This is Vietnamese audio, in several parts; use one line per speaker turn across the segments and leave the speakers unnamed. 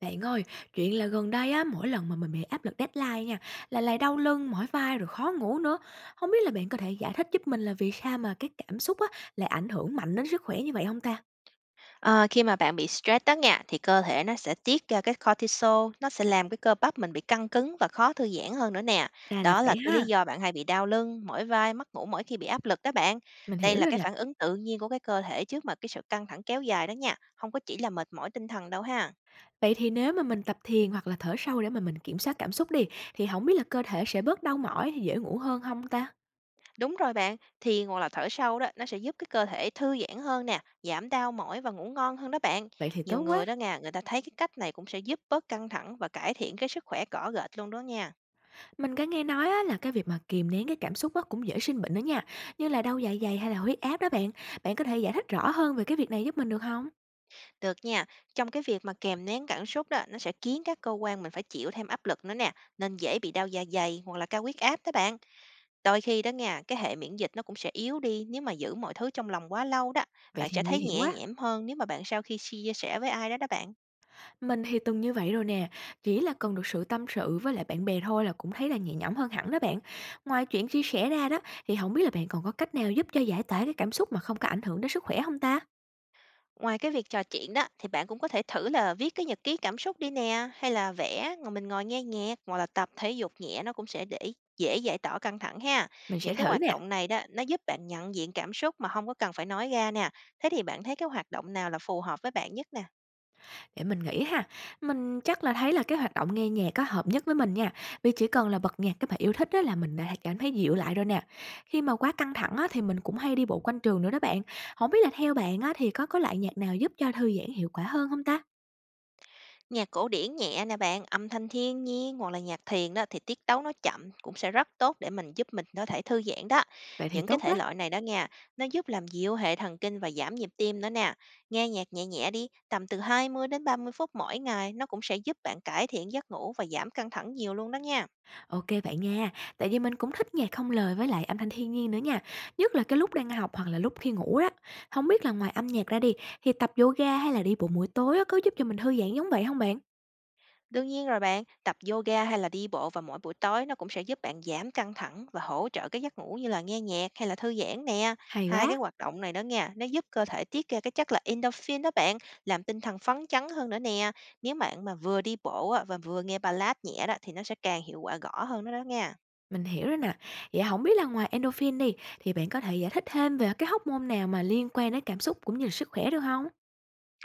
Bạn ơi, chuyện là gần đây á, mỗi lần mà mình bị áp lực deadline nha, là lại đau lưng, mỏi vai rồi khó ngủ nữa. Không biết là bạn có thể giải thích giúp mình là vì sao mà cái cảm xúc á, lại ảnh hưởng mạnh đến sức khỏe như vậy không ta?
Ờ, khi mà bạn bị stress đó nha, thì cơ thể nó sẽ tiết ra cái cortisol, nó sẽ làm cái cơ bắp mình bị căng cứng và khó thư giãn hơn nữa nè.
Ra là
Đó là
vậy
cái
ha,
lý do bạn hay bị đau lưng, mỏi vai, mất ngủ mỗi khi bị áp lực đó bạn.
mình
Đây
hiểu
là
rồi
cái
nè.
phản ứng tự nhiên của cái cơ thể trước mà cái sự căng thẳng kéo dài đó nha, không có chỉ là mệt mỏi tinh thần đâu ha.
Vậy thì nếu mà mình tập thiền hoặc là thở sâu để mà mình kiểm soát cảm xúc đi, thì không biết là cơ thể sẽ bớt đau mỏi thì dễ ngủ hơn không ta?
Đúng rồi bạn, thì ngồi là thở sâu đó, nó sẽ giúp cái cơ thể thư giãn hơn nè, giảm đau mỏi và ngủ ngon hơn đó bạn.
Vậy thì
Nhiều
tốt quá.
người đó nha, người ta thấy cái cách này cũng sẽ giúp bớt căng thẳng và cải thiện cái sức khỏe cỏ gệt luôn đó nha.
Mình có nghe nói á, là cái việc mà kìm nén cái cảm xúc á, cũng dễ sinh bệnh nữa nha, như là đau dạ dày hay là huyết áp đó bạn. Bạn có thể giải thích rõ hơn về cái việc này giúp mình được không?
Được nha, trong cái việc mà kèm nén cảm xúc đó, nó sẽ khiến các cơ quan mình phải chịu thêm áp lực nữa nè, nên dễ bị đau dạ dày hoặc là cao huyết áp đó bạn. Đôi khi đó nha, cái hệ miễn dịch nó cũng sẽ yếu đi nếu mà giữ mọi thứ trong lòng quá lâu đó.
Vậy
Bạn
thì
sẽ
nguy
thấy
hiểm
nhẹ
quá.
nhõm hơn nếu mà bạn sau khi chia sẻ với ai đó đó bạn.
Mình thì từng như vậy rồi nè, chỉ là cần được sự tâm sự với lại bạn bè thôi là cũng thấy là nhẹ nhõm hơn hẳn đó bạn. Ngoài chuyện chia sẻ ra đó, thì không biết là bạn còn có cách nào giúp cho giải tỏa cái cảm xúc mà không có ảnh hưởng đến sức khỏe không ta?
Ngoài cái việc trò chuyện đó thì bạn cũng có thể thử là viết cái nhật ký cảm xúc đi nè, hay là vẽ, ngồi mình ngồi nghe nhạc hoặc là tập thể dục nhẹ nó cũng sẽ để dễ giải tỏa căng thẳng ha.
Mình sẽ
Những cái
thử
hoạt
nè,
động này đó nó giúp bạn nhận diện cảm xúc mà không có cần phải nói ra nè. Thế thì bạn thấy cái hoạt động nào là phù hợp với bạn nhất nè?
để mình nghĩ ha. Mình chắc là thấy là cái hoạt động nghe nhạc có hợp nhất với mình nha, vì chỉ cần là bật nhạc cái bài yêu thích đó là mình đã cảm thấy dịu lại rồi nè. Khi mà quá căng thẳng á thì mình cũng hay đi bộ quanh trường nữa đó bạn. Không biết là theo bạn á thì có loại nhạc nào giúp cho thư giãn hiệu quả hơn không ta?
Nhạc cổ điển nhẹ nè bạn, âm thanh thiên nhiên hoặc là nhạc thiền đó thì tiết tấu nó chậm cũng sẽ rất tốt để mình giúp mình có thể thư giãn đó.
Vậy thì
Những cái
tốt
thể
quá.
loại này đó nha, nó giúp làm dịu hệ thần kinh và giảm nhịp tim nữa nè. Nghe nhạc nhẹ nhẹ đi, tầm từ 20 đến 30 phút mỗi ngày nó cũng sẽ giúp bạn cải thiện giấc ngủ và giảm căng thẳng nhiều luôn đó nha.
OK kê bạn nha. Tại vì mình cũng thích nhạc không lời với lại âm thanh thiên nhiên nữa nha, nhất là cái lúc đang học hoặc là lúc khi ngủ đó. Không biết là ngoài âm nhạc ra đi, thì tập yoga hay là đi bộ buổi tối á có giúp cho mình thư giãn giống vậy không bạn?
Đương nhiên rồi bạn, tập yoga hay là đi bộ vào mỗi buổi tối nó cũng sẽ giúp bạn giảm căng thẳng và hỗ trợ cái giấc ngủ như là nghe nhạc hay là thư giãn nè.
Hay
Hai
quá,
cái hoạt động này đó nha, nó giúp cơ thể tiết ra cái chất là endorphin đó bạn, làm tinh thần phấn chấn hơn nữa nè. Nếu bạn mà vừa đi bộ á, và vừa nghe ballad nhẹ đó thì nó sẽ càng hiệu quả gõ hơn đó đó nha.
mình hiểu rồi nè. Vậy không biết là ngoài endorphin đi, thì bạn có thể giải thích thêm về cái hormone nào mà liên quan đến cảm xúc cũng như là sức khỏe được không?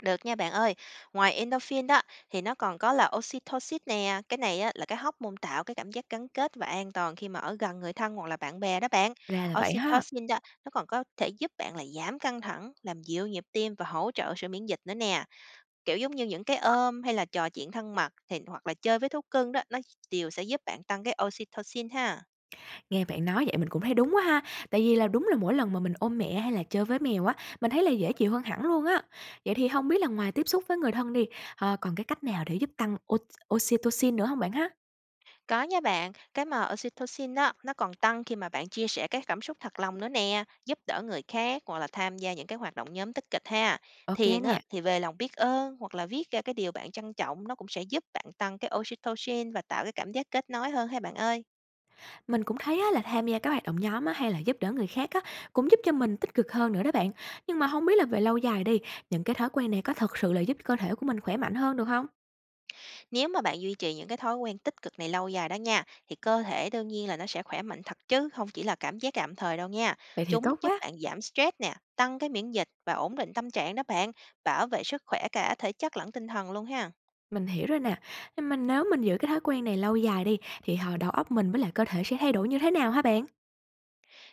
Được nha bạn ơi. Ngoài endorphin đó thì nó còn có là oxytocin nè, cái này á là cái hormone tạo cái cảm giác gắn kết và an toàn khi mà ở gần người thân hoặc là bạn bè đó bạn.
Ra là vậy ha.
Oxytocin đó nó còn có thể giúp bạn là giảm căng thẳng, làm dịu nhịp tim và hỗ trợ sự miễn dịch nữa nè. Kiểu giống như những cái ôm hay là trò chuyện thân mật thì hoặc là chơi với thú cưng đó nó đều sẽ giúp bạn tăng cái oxytocin ha.
Nghe bạn nói vậy mình cũng thấy đúng quá ha, tại vì là đúng là mỗi lần mà mình ôm mẹ hay là chơi với mèo á, mình thấy là dễ chịu hơn hẳn luôn á. Vậy thì không biết là ngoài tiếp xúc với người thân đi, còn cái cách nào để giúp tăng oxytocin nữa không bạn ha?
Có nha bạn, cái mà oxytocin đó nó còn tăng khi mà bạn chia sẻ các cảm xúc thật lòng nữa nè, giúp đỡ người khác hoặc là tham gia những cái hoạt động nhóm tích cực ha.
Ok
Thiền
nè,
á, thì về lòng biết ơn hoặc là viết ra cái điều bạn trân trọng nó cũng sẽ giúp bạn tăng cái oxytocin và tạo cái cảm giác kết nối hơn hay bạn ơi.
mình cũng thấy á là tham gia các hoạt động nhóm á, hay là giúp đỡ người khác á, cũng giúp cho mình tích cực hơn nữa đó bạn. Nhưng mà không biết là về lâu dài đi, những cái thói quen này có thật sự là giúp cơ thể của mình khỏe mạnh hơn được không?
Nếu mà bạn duy trì những cái thói quen tích cực này lâu dài đó nha, thì cơ thể đương nhiên là nó sẽ khỏe mạnh thật chứ không chỉ là cảm giác tạm thời đâu nha.
Vậy thì
Chúng
tốt
giúp
quá,
bạn giảm stress nè, tăng cái miễn dịch và ổn định tâm trạng đó bạn, bảo vệ sức khỏe cả thể chất lẫn tinh thần luôn ha.
mình hiểu rồi nè. Nhưng mà nếu mình giữ cái thói quen này lâu dài đi, thì, đầu óc mình với lại cơ thể sẽ thay đổi như thế nào hả bạn?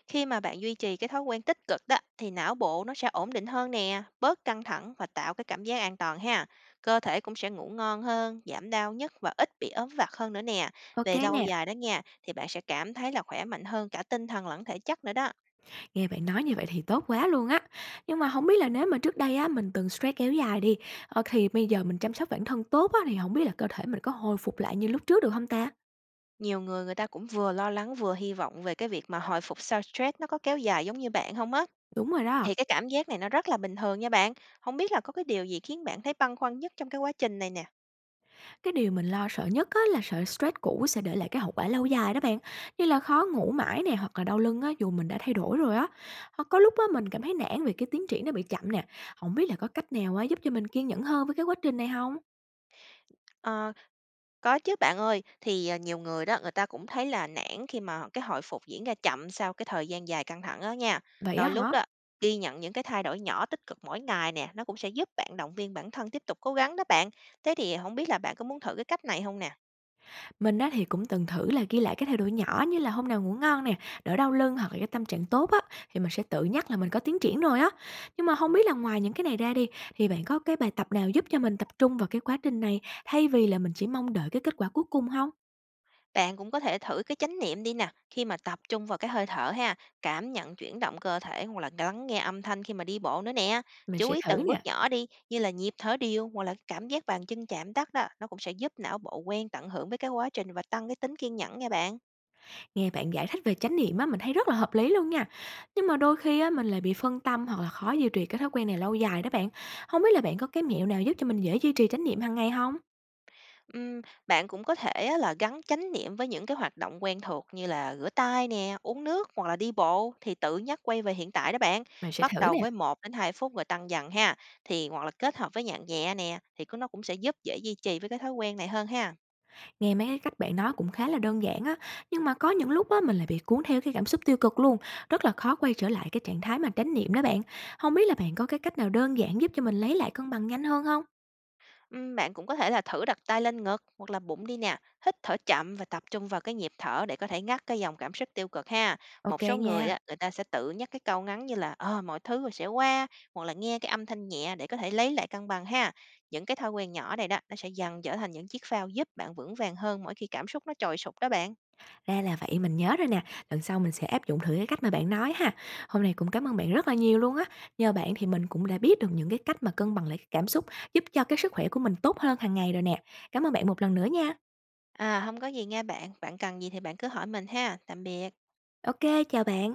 Khi mà bạn duy trì cái thói quen tích cực đó thì não bộ nó sẽ ổn định hơn nè, bớt căng thẳng và tạo cái cảm giác an toàn ha. Cơ thể cũng sẽ ngủ ngon hơn, giảm đau nhức và ít bị ốm vặt hơn nữa nè.
Ok
Về lâu
nè,
dài đó nha, thì bạn sẽ cảm thấy là khỏe mạnh hơn cả tinh thần lẫn thể chất nữa đó.
nghe bạn nói như vậy thì tốt quá luôn á. Nhưng mà không biết là nếu mà trước đây á, mình từng stress kéo dài đi, thì bây giờ mình chăm sóc bản thân tốt á, thì không biết là cơ thể mình có hồi phục lại như lúc trước được không ta?
Nhiều người người ta cũng vừa lo lắng vừa hy vọng về cái việc mà hồi phục sau stress nó có kéo dài giống như bạn không á.
Đúng rồi đó,
Thì cái cảm giác này nó rất là bình thường nha bạn. Không biết là có cái điều gì khiến bạn thấy băn khoăn nhất trong cái quá trình này nè?
cái điều mình lo sợ nhất á, là sợ stress cũ sẽ để lại cái hậu quả lâu dài đó bạn, như là khó ngủ mãi nè, hoặc là đau lưng á, dù mình đã thay đổi rồi á. Hoặc có lúc á, mình cảm thấy nản vì cái tiến triển nó bị chậm nè. Không biết là có cách nào á, giúp cho mình kiên nhẫn hơn với cái quá trình này không?
Ờ, có chứ bạn ơi. Thì, nhiều người đó, người ta cũng thấy là nản khi mà cái hồi phục diễn ra chậm sau cái thời gian dài căng thẳng đó nha.
Vậy á
Đôi lúc
hả?
đó, ghi nhận những cái thay đổi nhỏ tích cực mỗi ngày nè, nó cũng sẽ giúp bạn động viên bản thân tiếp tục cố gắng đó bạn. Thế thì không biết là bạn có muốn thử cái cách này không nè?
Mình á thì cũng từng thử là ghi lại cái thay đổi nhỏ như là hôm nào ngủ ngon nè, đỡ đau lưng hoặc là cái tâm trạng tốt á, thì mình sẽ tự nhắc là mình có tiến triển rồi á. Nhưng mà không biết là ngoài những cái này ra đi, thì bạn có cái bài tập nào giúp cho mình tập trung vào cái quá trình này thay vì là mình chỉ mong đợi cái kết quả cuối cùng không?
Bạn cũng có thể thử cái chánh niệm đi nè, khi mà tập trung vào cái hơi thở ha, cảm nhận chuyển động cơ thể hoặc là lắng nghe âm thanh khi mà đi bộ nữa nè.
Mình
Chú
sẽ
ý
thử
từng bước
nè.
nhỏ đi, như là nhịp thở đều hoặc là cái cảm giác bàn chân chạm đất đó, nó cũng sẽ giúp não bộ quen tận hưởng với cái quá trình và tăng cái tính kiên nhẫn nha bạn.
Nghe bạn giải thích về chánh niệm á, mình thấy rất là hợp lý luôn nha. Nhưng mà đôi khi á, mình lại bị phân tâm hoặc là khó duy trì cái thói quen này lâu dài đó bạn. Không biết là bạn có cái mẹo nào giúp cho mình dễ duy trì chánh niệm hàng ngày không?
Ừm, bạn cũng có thể á là gắn chánh niệm với những cái hoạt động quen thuộc như là rửa tay nè, uống nước hoặc là đi bộ thì tự nhắc quay về hiện tại đó bạn.
Mình sẽ
Bắt
thử
đầu
nè.
với 1 đến 2 phút rồi tăng dần ha. Thì hoặc là kết hợp với nhạc nhẹ nè thì cũng nó cũng sẽ giúp dễ duy trì với cái thói quen này hơn ha.
Nghe mấy cái cách bạn nói cũng khá là đơn giản á, nhưng mà có những lúc á mình lại bị cuốn theo cái cảm xúc tiêu cực luôn, rất là khó quay trở lại cái trạng thái mà chánh niệm đó bạn. Không biết là bạn có cái cách nào đơn giản giúp cho mình lấy lại cân bằng nhanh hơn không?
Bạn cũng có thể là thử đặt tay lên ngực hoặc là bụng đi nè, hít thở chậm và tập trung vào cái nhịp thở để có thể ngắt cái dòng cảm xúc tiêu cực ha.
Ok
Một số
nha,
người á, người ta sẽ tự nhắc cái câu ngắn như là ờ mọi thứ rồi sẽ qua, hoặc là nghe cái âm thanh nhẹ để có thể lấy lại cân bằng ha. Những cái thói quen nhỏ này đó nó sẽ dần trở thành những chiếc phao giúp bạn vững vàng hơn mỗi khi cảm xúc nó trồi sụp đó bạn.
ra là vậy, mình nhớ rồi nè, lần sau mình sẽ áp dụng thử cái cách mà bạn nói ha. Hôm nay cũng cảm ơn bạn rất là nhiều luôn á, nhờ bạn thì mình cũng đã biết được những cái cách mà cân bằng lại cái cảm xúc, giúp cho cái sức khỏe của mình tốt hơn hàng ngày rồi nè. Cảm ơn bạn một lần nữa nha.
À không có gì nha bạn, bạn cần gì thì bạn cứ hỏi mình ha. Tạm biệt.
Ok chào bạn.